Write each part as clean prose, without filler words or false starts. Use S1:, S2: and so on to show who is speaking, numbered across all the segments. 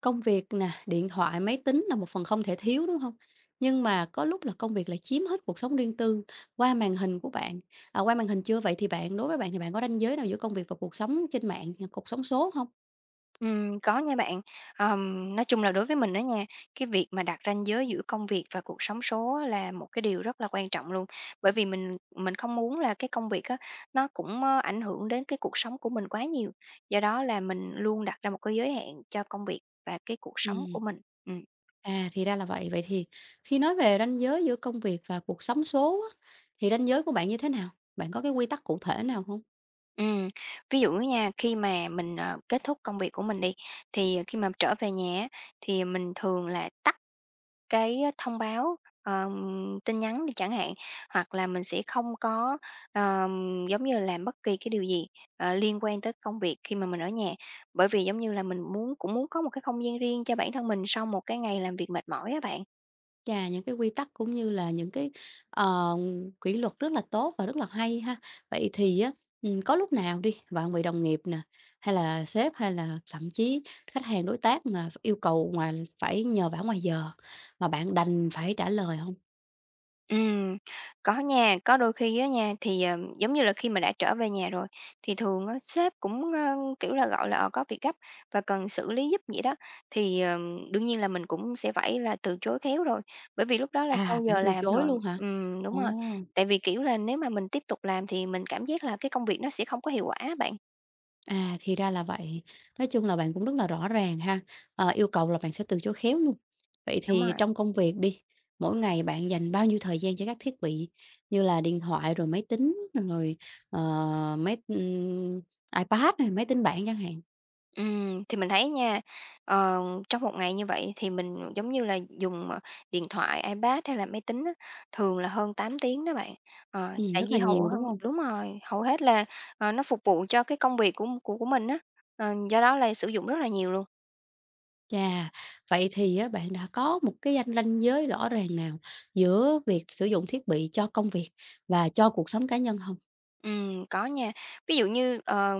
S1: Công việc nè, điện thoại, máy tính là một phần không thể thiếu, đúng không? Nhưng mà có lúc là công việc lại chiếm hết cuộc sống riêng tư qua màn hình của bạn. À, qua màn hình chưa? Vậy thì bạn đối với bạn thì bạn có ranh giới nào giữa công việc và cuộc sống trên mạng, à, cuộc sống số không?
S2: Có nha bạn. Nói chung là đối với mình đó nha, cái việc mà đặt ranh giới giữa công việc và cuộc sống số á là một cái điều rất là quan trọng luôn. Bởi vì mình không muốn là cái công việc á, nó cũng, ảnh hưởng đến cái cuộc sống của mình quá nhiều, do đó là mình luôn đặt ra một cái giới hạn cho công việc và cái cuộc sống
S1: Ừm.
S2: của mình. Ừm,
S1: À, thì ra là vậy. Vậy thì khi nói về ranh giới giữa công việc và cuộc sống số á, thì ranh giới của bạn như thế nào? Bạn có cái quy tắc cụ thể nào không?
S2: ừm, ví dụ nha, khi mà mình, kết thúc công việc của mình đi, thì khi mà trở về nhà á, thì mình thường là tắt cái thông báo, tin nhắn đi chẳng hạn, hoặc là mình sẽ không có, giống như là, làm bất kỳ cái điều gì, liên quan tới công việc khi mà mình ở nhà. Bởi vì, giống như là, mình cũng muốn có một cái không gian riêng cho bản thân mình sau một cái ngày làm việc mệt mỏi á bạn.
S1: Chà, những cái quy tắc cũng như là những cái, ờ, kỷ luật rất là tốt và rất là hay ha. Vậy thì á, có lúc nào đi, bạn bị đồng nghiệp nè, hay là sếp, hay là thậm chí khách hàng, đối tác mà yêu cầu ngoài phải nhờ vả ngoài giờ, mà bạn đành phải trả lời không?
S2: Ừm, có nha, có đôi khi á nha, thì, giống như là, khi mà đã trở về nhà rồi thì thường á sếp cũng, kiểu là, gọi là, có việc gấp và cần xử lý giúp vậy đó, thì, đương nhiên là mình cũng sẽ phải là từ chối khéo rồi, bởi vì lúc đó là
S1: À,
S2: sau
S1: bạn
S2: giờ
S1: từ
S2: làm
S1: chối
S2: rồi.
S1: luôn hả?
S2: Đúng rồi,
S1: Ồ!
S2: tại vì, kiểu là, nếu mà mình tiếp tục làm thì mình cảm giác là cái công việc nó sẽ không có hiệu quả bạn,
S1: À, thì ra là vậy. Nói chung là bạn cũng rất là rõ ràng ha, yêu cầu là bạn sẽ từ chối khéo luôn. Vậy
S2: đúng
S1: thì
S2: rồi.
S1: trong công việc đi, mỗi ngày bạn dành bao nhiêu thời gian cho các thiết bị như là điện thoại, rồi máy tính, rồi, ờ, máy iPad này, máy tính bảng chẳng hạn?
S2: Thì mình thấy nha, ờ, trong một ngày như vậy thì mình, giống như là, dùng, điện thoại, iPad hay là máy tính á, thường là hơn 8 tiếng đó bạn. Ờ, tại
S1: Rất
S2: vì
S1: là
S2: hầu
S1: nhiều, đúng
S2: hơn
S1: không?
S2: đúng rồi, hầu hết là, nó phục vụ cho cái công việc của mình á, do đó là sử dụng rất là nhiều luôn.
S1: Chà, vậy thì á, bạn đã có một cái ranh ranh giới rõ ràng nào giữa việc sử dụng thiết bị cho công việc và cho cuộc sống cá nhân không?
S2: Có nha. Ví dụ như,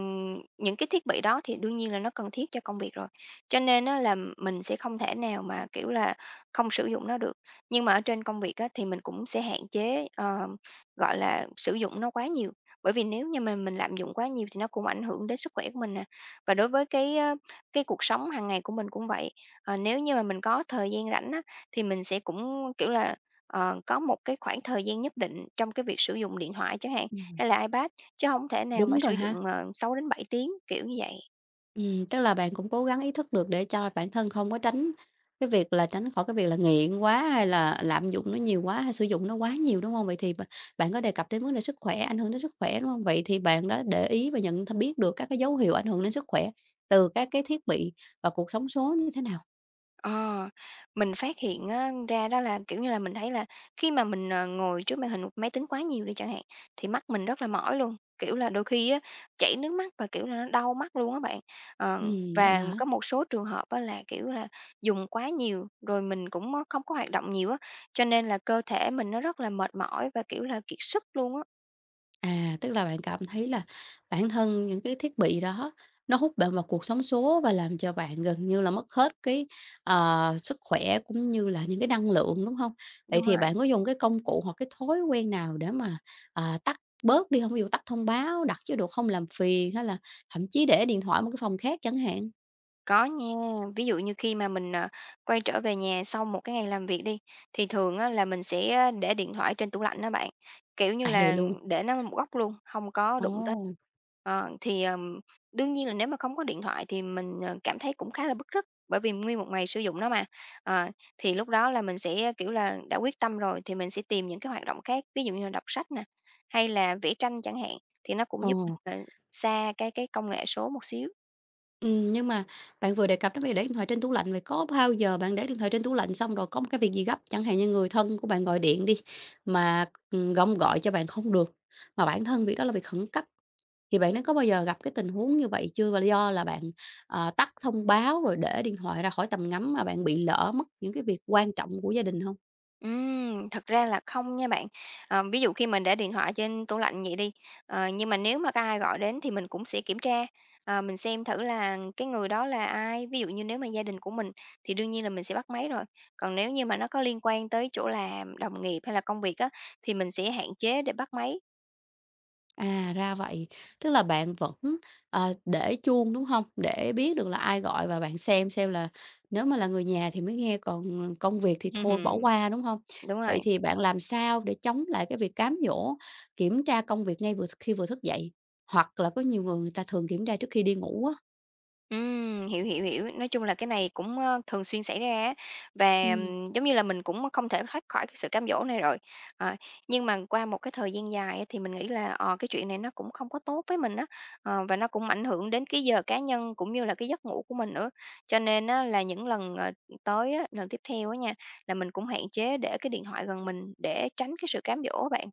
S2: những cái thiết bị đó thì đương nhiên là nó cần thiết cho công việc rồi, cho nên á là mình sẽ không thể nào mà, kiểu là, không sử dụng nó được. Nhưng mà ở trên công việc á thì mình cũng sẽ hạn chế, gọi là, sử dụng nó quá nhiều, bởi vì nếu như mà mình lạm dụng quá nhiều thì nó cũng ảnh hưởng đến sức khỏe của mình nè. Và đối với cái cuộc sống hàng ngày của mình cũng vậy, nếu như mà mình có thời gian rảnh á thì mình sẽ cũng, kiểu là, có một cái khoảng thời gian nhất định trong cái việc sử dụng điện thoại chẳng hạn.
S1: Ừm,
S2: Hay là iPad, chứ không thể nào mà
S1: đúng rồi
S2: sử dụng,
S1: ha.
S2: ờ, 6 đến bảy tiếng, kiểu như vậy.
S1: Tức là bạn cũng cố gắng ý thức được để cho bản thân không có tránh cái việc là tránh khỏi cái việc là nghiện quá hay là lạm dụng nó nhiều quá hay sử dụng nó quá nhiều, đúng không? Vậy thì bạn có đề cập đến vấn đề sức khỏe, ảnh hưởng đến sức khỏe, đúng không? Vậy thì bạn đã để ý và nhận th biết được các cái dấu hiệu ảnh hưởng đến sức khỏe từ các cái thiết bị và cuộc sống số như thế nào?
S2: Ờ, mình phát hiện á ra đó là, kiểu như là, mình thấy là khi mà mình, ngồi trước màn hình một máy tính quá nhiều đi chẳng hạn, thì mắt mình rất là mỏi luôn, kiểu là, đôi khi á, chảy nước mắt và, kiểu là, nó đau mắt luôn á bạn. Ờ,
S1: Vậy
S2: và
S1: hả?
S2: có một số trường hợp á là, kiểu là, dùng quá nhiều, rồi mình cũng á không có hoạt động nhiều á, cho nên là cơ thể mình nó rất là mệt mỏi và, kiểu là, kiệt sức luôn á.
S1: À, tức là bạn cảm thấy là bản thân những cái thiết bị đó nó hút bạn vào cuộc sống số và làm cho bạn gần như là mất hết cái, sức khỏe cũng như là những cái năng lượng, đúng không? Vậy
S2: Đúng
S1: thì
S2: rồi.
S1: bạn có dùng cái công cụ hoặc cái thói quen nào để mà, à, tắt bớt đi không? Ví dụ tắt thông báo, đặt chế độ không làm phiền hay là thậm chí để điện thoại một cái phòng khác chẳng hạn?
S2: Có nha, ví dụ như khi mà mình, quay trở về nhà sau một cái ngày làm việc đi, thì thường á là mình sẽ để điện thoại trên tủ lạnh đó bạn, kiểu như
S1: À, vậy
S2: là,
S1: luôn?
S2: để nó một góc luôn, không có đụng tới.
S1: Ồ,
S2: Thì, đương nhiên là nếu mà không có điện thoại thì mình, cảm thấy cũng khá là bứt rứt, bởi vì nguyên một ngày sử dụng nó mà. Ờ, thì lúc đó là mình sẽ, kiểu là, đã quyết tâm rồi thì mình sẽ tìm những cái hoạt động khác, ví dụ như là đọc sách nè, hay là vẽ tranh chẳng hạn, thì nó cũng giúp
S1: oh.
S2: mình, xa cái công nghệ số một xíu.
S1: Nhưng mà bạn vừa đề cập đến việc để điện thoại trên tủ lạnh, vậy có bao giờ bạn để điện thoại trên tủ lạnh xong rồi có một cái việc gì gấp, chẳng hạn như người thân của bạn gọi điện đi, mà, gông gọi cho bạn không được, mà bản thân việc đó là việc khẩn cấp, thì bạn đã có bao giờ gặp cái tình huống như vậy chưa? Và do là bạn, tắt thông báo rồi để điện thoại ra khỏi tầm ngắm mà bạn bị lỡ mất những cái việc quan trọng của gia đình không?
S2: Thật ra là không nha bạn. Ví dụ khi mình để điện thoại trên tủ lạnh vậy đi, nhưng mà nếu mà có ai gọi đến thì mình cũng sẽ kiểm tra, mình xem thử là cái người đó là ai. Ví dụ như nếu mà gia đình của mình thì đương nhiên là mình sẽ bắt máy rồi, còn nếu như mà nó có liên quan tới chỗ làm, đồng nghiệp hay là công việc á, thì mình sẽ hạn chế để bắt máy.
S1: À, ra vậy. Tức là bạn vẫn, để chuông, đúng không? Để biết được là ai gọi và bạn xem là nếu mà là người nhà thì mới nghe, còn công việc thì thôi bỏ qua, đúng không?
S2: Đúng rồi.
S1: Vậy thì bạn làm sao để chống lại cái việc cám dỗ, kiểm tra công việc vừa khi vừa thức dậy? Hoặc là có nhiều người người ta thường kiểm tra trước khi đi ngủ á.
S2: Hiểu, hiểu, hiểu. Nói chung là cái này cũng, thường xuyên xảy ra á, và, giống như là, mình cũng không thể thoát khỏi cái sự cám dỗ này rồi. Ờ, nhưng mà qua một cái thời gian dài á thì mình nghĩ là, cái chuyện này nó cũng không có tốt với mình á, và nó cũng ảnh hưởng đến cái giờ cá nhân cũng như là cái giấc ngủ của mình nữa. Cho nên á là những lần, tới á, lần tiếp theo á nha, là mình cũng hạn chế để cái điện thoại gần mình để tránh cái sự cám dỗ á bạn.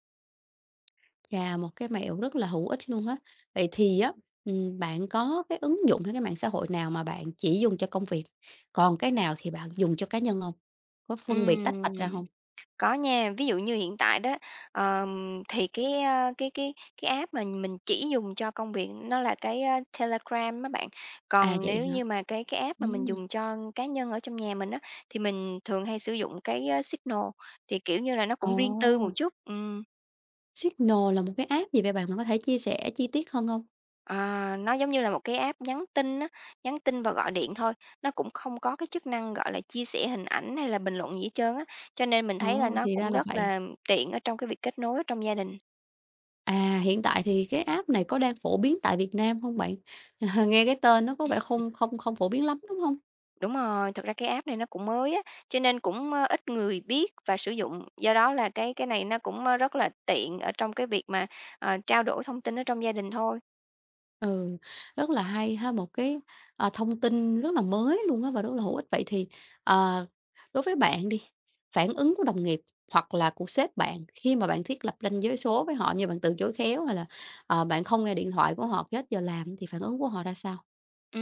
S1: Chà, một cái mẹo rất là hữu ích luôn á. Vậy thì á, bạn có cái ứng dụng hay cái mạng xã hội nào mà bạn chỉ dùng cho công việc, còn cái nào thì bạn dùng cho cá nhân không? Có phân biệt tách
S2: Ừm.
S1: bạch ra không?
S2: Có nha, ví dụ như hiện tại đó, thì cái, a, cái cái app mà mình chỉ dùng cho công việc nó là cái Telegram á bạn.
S1: À,
S2: Còn
S1: vậy
S2: nếu
S1: hả?
S2: như mà cái app mà mình
S1: Ừm,
S2: dùng cho cá nhân ở trong nhà mình á, thì mình thường hay sử dụng cái Signal, thì, kiểu như là, nó
S1: ồ,
S2: cũng riêng tư một chút. Ừm,
S1: Signal là một cái app gì vậy bạn? Bạn có thể chia sẻ chi tiết hơn không?
S2: à, nó giống như là một cái app nhắn tin á, nhắn tin và gọi điện thôi, nó cũng không có cái chức năng, gọi là, chia sẻ hình ảnh hay là bình luận gì hết trơn á, cho nên mình thấy là
S1: Ồ,
S2: nó
S1: thì ra
S2: cũng
S1: là
S2: rất
S1: vậy.
S2: là tiện ở trong cái việc kết nối ở trong gia đình.
S1: À, hiện tại thì cái app này có đang phổ biến tại Việt Nam không bạn? Nghe cái tên nó có vẻ không không không phổ biến lắm, đúng không?
S2: Đúng rồi, thực ra cái app này nó cũng mới á, cho nên cũng, ít người biết và sử dụng. Do đó là cái này nó cũng, rất là tiện ở trong cái việc mà, trao đổi thông tin ở trong gia đình thôi.
S1: Ừ, rất là hay ha, một cái, thông tin rất là mới luôn á và rất là hữu ích. Vậy thì, ờ, đối với bạn đi, phản ứng của đồng nghiệp hoặc là của sếp bạn khi mà bạn thiết lập ranh giới số với họ như bạn từ chối khéo hay là, bạn không nghe điện thoại của họ hết giờ làm thì phản ứng của họ ra sao?
S2: Ừ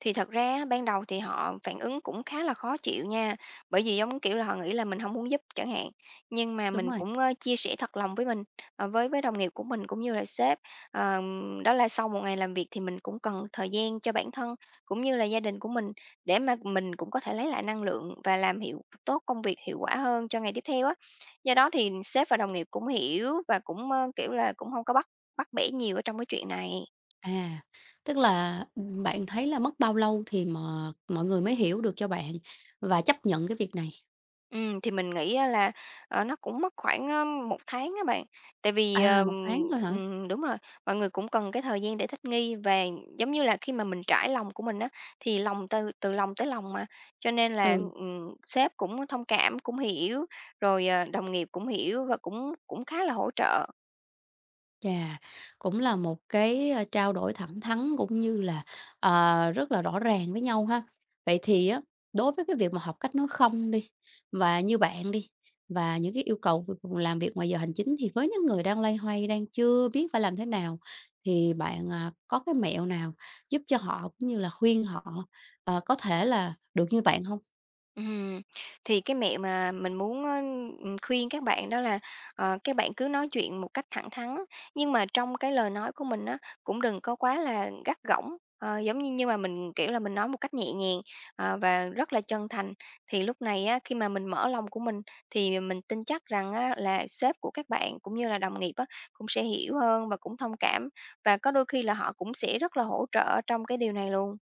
S2: thì thật ra á, ban đầu thì họ phản ứng cũng khá là khó chịu nha, bởi vì, giống kiểu là, họ nghĩ là mình không muốn giúp chẳng hạn. Nhưng mà
S1: Đúng
S2: mình
S1: rồi,
S2: cũng, chia sẻ thật lòng với đồng nghiệp của mình cũng như là sếp, đó là sau một ngày làm việc thì mình cũng cần thời gian cho bản thân cũng như là gia đình của mình để mà mình cũng có thể lấy lại năng lượng và làm hiệu tốt công việc hiệu quả hơn cho ngày tiếp theo á. Do đó thì sếp và đồng nghiệp cũng hiểu và cũng, kiểu là, cũng không có bắt bắt bẻ nhiều ở trong cái chuyện này.
S1: à, tức là, bạn thấy là mất bao lâu thì mà mọi người mới hiểu được cho bạn và chấp nhận cái việc này?
S2: Thì mình nghĩ á là, nó cũng mất khoảng, 1 tháng các bạn. Tại vì,
S1: À,
S2: ờm
S1: một tháng thôi hả?
S2: ừm, đúng rồi, mọi người cũng cần cái thời gian để thích nghi và giống như là khi mà mình trải lòng của mình á, thì lòng từ từ lòng tới lòng mà, cho nên là,
S1: Ừ.
S2: ừm, sếp cũng thông cảm, cũng hiểu, rồi, đồng nghiệp cũng hiểu và cũng cũng khá là hỗ trợ.
S1: Chà, cũng là một cái, trao đổi thẳng thắn cũng như là, rất là rõ ràng với nhau ha. Vậy thì á, đối với cái việc mà học cách nói không đi, và như bạn đi, và những cái yêu cầu v v làm việc ngoài giờ hành chính thì với những người đang loay hoay, đang chưa biết phải làm thế nào, thì bạn, à, có cái mẹo nào giúp cho họ cũng như là khuyên họ, có thể là được như bạn không?
S2: Ừm, thì cái mẹo mà mình muốn, khuyên các bạn đó là, các bạn cứ nói chuyện một cách thẳng thắn, nhưng mà trong cái lời nói của mình á, cũng đừng có quá là gắt gỏng, giống như nhưng mà mình, kiểu là, mình nói một cách nhẹ nhàng, và rất là chân thành. Thì lúc này á, khi mà mình mở lòng của mình thì mình tin chắc rằng á là sếp của các bạn cũng như là đồng nghiệp á, cũng sẽ hiểu hơn và cũng thông cảm, và có đôi khi là họ cũng sẽ rất là hỗ trợ trong cái điều này luôn.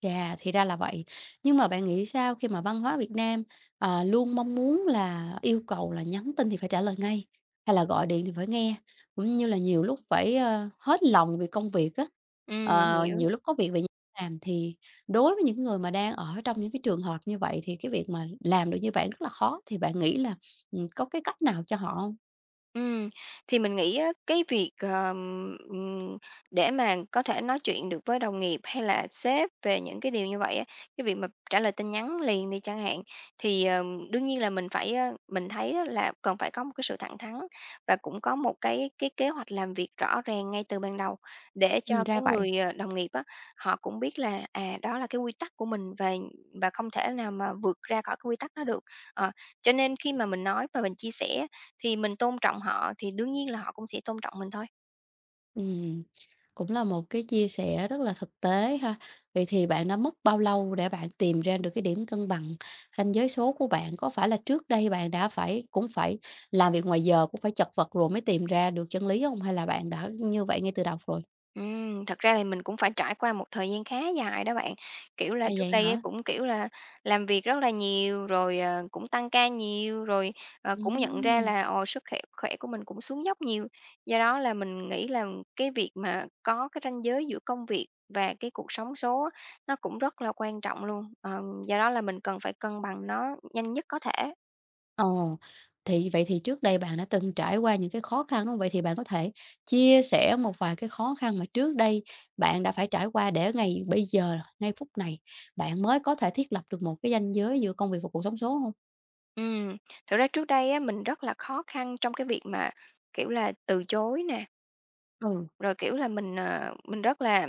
S1: Chà, thì ra là vậy. Nhưng mà bạn nghĩ sao khi mà văn hóa Việt Nam, luôn mong muốn là yêu cầu là nhắn tin thì phải trả lời ngay, hay là gọi điện thì phải nghe, cũng như là nhiều lúc phải, hết lòng vì công việc á, nhiều
S2: Hiểu.
S1: lúc có việc về nhà làm thì đối với những người mà đang ở trong những cái trường hợp như vậy thì cái việc mà làm được như vậy rất là khó, thì bạn nghĩ là, có cái cách nào cho họ hông?
S2: Ừm, thì mình nghĩ á, cái việc, để mà có thể nói chuyện được với đồng nghiệp hay là sếp về những cái điều như vậy á, cái việc mà trả lời tin nhắn liền đi chẳng hạn, thì, đương nhiên là mình phải, mình thấy á là cần phải có một cái sự thẳng thắn và cũng có một cái kế hoạch làm việc rõ ràng ngay từ ban đầu để cho
S1: Ra
S2: cái
S1: vậy.
S2: người, đồng nghiệp á, họ cũng biết là, à, đó là cái quy tắc của mình và không thể nào mà vượt ra khỏi cái quy tắc đó được. Ờ, cho nên khi mà mình nói và mình chia sẻ thì mình tôn trọng họ thì đương nhiên là họ cũng sẽ tôn trọng mình thôi.
S1: Ừm, cũng là một cái chia sẻ rất là thực tế ha. Vậy thì bạn đã mất bao lâu để bạn tìm ra được cái điểm cân bằng ranh giới số của bạn? Có phải là trước đây bạn đã phải cũng phải làm việc ngoài giờ, cũng phải chật vật rồi mới tìm ra được chân lý không? Hay là bạn đã như vậy ngay từ đầu rồi?
S2: Thật ra thì mình cũng phải trải qua một thời gian khá dài đó bạn. Kiểu
S1: À,
S2: là, trước
S1: vậy
S2: đây á
S1: hả?
S2: cũng, kiểu là, làm việc rất là nhiều, rồi, cũng tăng ca nhiều, rồi, cũng nhận ra
S1: Ừm.
S2: là, ồ, sức khỏe khỏe của mình cũng xuống dốc nhiều. Do đó là mình nghĩ là cái việc mà có cái ranh giới giữa công việc và cái cuộc sống số á, nó cũng rất là quan trọng luôn. Ờ, do đó là mình cần phải cân bằng nó nhanh nhất có thể.
S1: Ờ, thì vậy thì trước đây bạn đã từng trải qua những cái khó khăn, đúng hông? Vậy thì bạn có thể chia sẻ một vài cái khó khăn mà trước đây bạn đã phải trải qua để ngày bây giờ, ngay phút này, bạn mới có thể thiết lập được một cái ranh giới giữa công việc và cuộc sống số hông?
S2: Ừm, thực ra trước đây á, mình rất là khó khăn trong cái việc mà, kiểu là, từ chối nè,
S1: Ừ.
S2: rồi, kiểu là, mình, mình rất là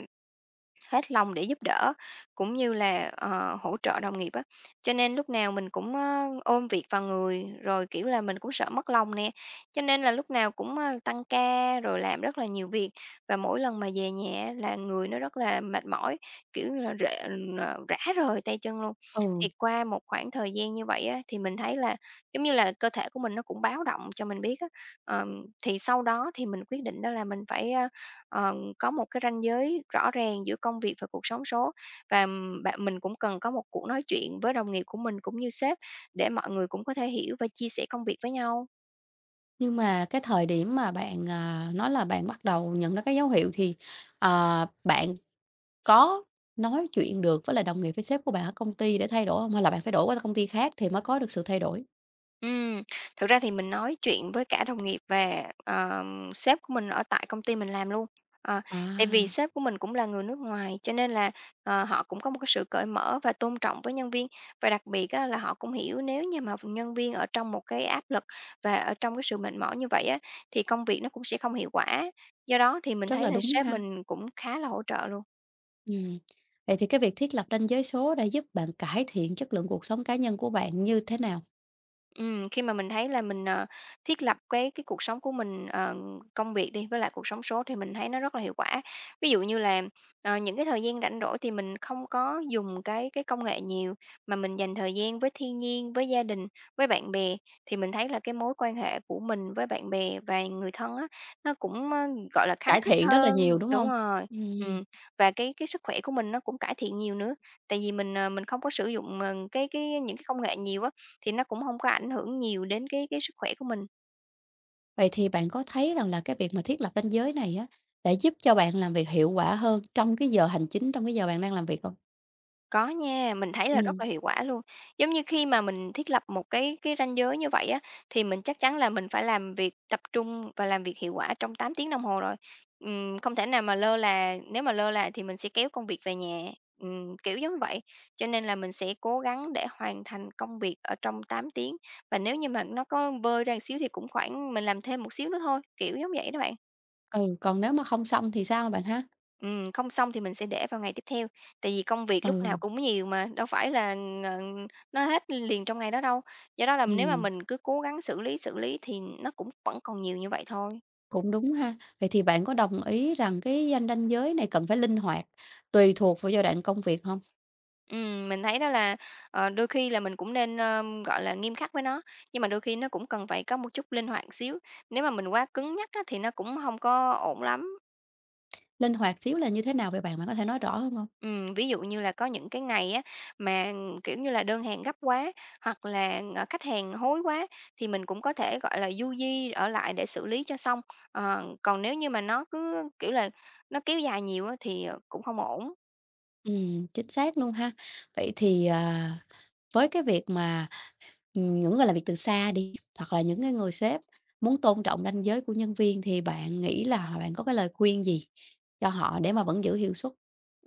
S2: hết lòng để giúp đỡ, cũng như là, hỗ trợ đồng nghiệp á. Cho nên lúc nào mình cũng, ôm việc vào người, rồi, kiểu là, mình cũng sợ mất lòng nè, cho nên là lúc nào cũng, tăng ca rồi làm rất là nhiều việc. Và mỗi lần mà về nhà á là người nó rất là mệt mỏi, kiểu như là, rã rời tay chân luôn.
S1: Ừ,
S2: Thì qua một khoảng thời gian như vậy á, thì mình thấy là, giống như là, cơ thể của mình nó cũng báo động cho mình biết á. Thì sau đó thì mình quyết định đó là mình phải, có một cái ranh giới rõ ràng giữa công việc và cuộc sống số. Và bạn mình cũng cần có một cuộc nói chuyện với đồng nghiệp của mình cũng như sếp để mọi người cũng có thể hiểu và chia sẻ công việc với nhau.
S1: nhưng mà cái thời điểm mà bạn, à, nói là bạn bắt đầu nhận ra cái dấu hiệu thì, bạn có nói chuyện được với lại đồng nghiệp với sếp của bạn ở công ty để thay đổi hông? Hay là bạn phải đổi qua công ty khác thì mới có được sự thay đổi?
S2: Ừm, thực ra thì mình nói chuyện với cả đồng nghiệp và, sếp của mình ở tại công ty mình làm luôn. Ờ, tại vì
S1: À,
S2: sếp của mình cũng là người nước ngoài, cho nên là, họ cũng có một cái sự cởi mở và tôn trọng với nhân viên. Và đặc biệt á là họ cũng hiểu nếu như mà nhân viên ở trong một cái áp lực và ở trong cái sự mệt mỏi như vậy á, thì công việc nó cũng sẽ không hiệu quả. Do đó thì mình
S1: rất
S2: thấy
S1: là
S2: là
S1: đúng
S2: sếp
S1: ha.
S2: mình cũng khá là hỗ trợ luôn.
S1: Ừm. Vậy thì cái việc thiết lập ranh giới số đã giúp bạn cải thiện chất lượng cuộc sống cá nhân của bạn như thế nào?
S2: Khi mà mình thấy là mình, thiết lập cái cuộc sống của mình, công việc đi, với lại cuộc sống số thì mình thấy nó rất là hiệu quả. Ví dụ như là, những cái thời gian rảnh rỗi thì mình không có dùng cái công nghệ nhiều, mà mình dành thời gian với thiên nhiên, với gia đình, với bạn bè, thì mình thấy là cái mối quan hệ của mình với bạn bè và người thân á, nó cũng, gọi là, khắng
S1: Cải
S2: khít
S1: thiện rất là
S2: hơn.
S1: nhiều, đúng
S2: Đúng
S1: không?
S2: rồi,
S1: Ừm,
S2: ừm, và cái sức khỏe của mình nó cũng cải thiện nhiều nữa. Tại vì mình, mình không có sử dụng, cái những cái công nghệ nhiều á, thì nó cũng hông có ảnh hưởng nhiều đến cái sức khỏe của mình.
S1: vậy thì bạn có thấy rằng là cái việc mà thiết lập ranh giới này á, đã giúp cho bạn làm việc hiệu quả hơn trong cái giờ hành chính, trong cái giờ bạn đang làm việc không?
S2: Có nha, mình thấy là rất
S1: Ừm,
S2: là hiệu quả luôn. Giống như khi mà mình thiết lập một cái ranh giới như vậy á, thì mình chắc chắn là mình phải làm việc tập trung và làm việc hiệu quả trong 8 tiếng đồng hồ rồi. Không thể nào mà lơ là, nếu mà lơ là thì mình sẽ kéo công việc về nhà, kiểu giống như vậy. Cho nên là mình sẽ cố gắng để hoàn thành công việc ở trong 8 tiếng, và nếu như mà nó có vơi ra xíu thì cũng khoảng mình làm thêm một xíu nữa thôi, kiểu giống vậy đó bạn.
S1: ừ, còn nếu mà không xong thì sao bạn ha?
S2: Không xong thì mình sẽ để vào ngày tiếp theo, tại vì công việc lúc nào
S1: Ừ,
S2: cũng nhiều mà, đâu phải là, ờ, nó hết liền trong ngày đó đâu. Do đó là nếu mà
S1: ừm,
S2: mình cứ cố gắng xử lý thì nó cũng vẫn còn nhiều như vậy thôi.
S1: cũng đúng ha. Vậy thì bạn có đồng ý rằng cái ranh ranh giới này cần phải linh hoạt, tùy thuộc vào giai đoạn công việc không?
S2: Mình thấy đó là, đôi khi là mình cũng nên, gọi là, nghiêm khắc với nó, nhưng mà đôi khi nó cũng cần phải có một chút linh hoạt xíu, nếu mà mình quá cứng nhắc á thì nó cũng không có ổn lắm.
S1: Linh hoạt xíu là như thế nào vậy bạn? Bạn có thể nói rõ hơn hông?
S2: Ví dụ như là có những cái ngày á, mà, kiểu như là, đơn hàng gấp quá hoặc là, khách hàng hối quá thì mình cũng có thể, gọi là, du di ở lại để xử lý cho xong. Ờ, còn nếu như mà nó cứ, kiểu là, nó kéo dài nhiều á thì, cũng không ổn.
S1: Chính xác luôn ha. Vậy thì, à, với cái việc mà, những người làm việc từ xa đi, hoặc là những cái người sếp muốn tôn trọng ranh giới của nhân viên thì bạn nghĩ là bạn có cái lời khuyên gì cho họ để mà vẫn giữ hiệu suất?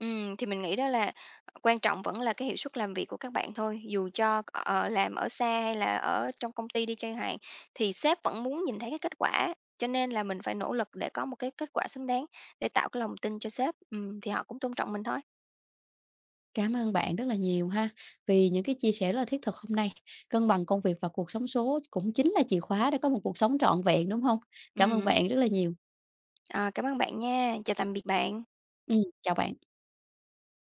S2: Thì mình nghĩ đó là quan trọng vẫn là cái hiệu suất làm việc của các bạn thôi. Dù cho ở làm ở xa hay là ở trong công ty đi chăng hạn, thì sếp vẫn muốn nhìn thấy cái kết quả, cho nên là mình phải nỗ lực để có một cái kết quả xứng đáng để tạo cái lòng tin cho sếp, thì họ cũng tôn trọng mình thôi.
S1: Cảm ơn bạn rất là nhiều ha, vì những cái chia sẻ rất là thiết thực hôm nay. Cân bằng công việc và cuộc sống số cũng chính là chìa khóa để có một cuộc sống trọn vẹn, đúng không? Cảm ơn
S2: Ừm,
S1: bạn rất là nhiều.
S2: ờ, cảm ơn bạn nha, chào tạm biệt bạn.
S1: Chào bạn.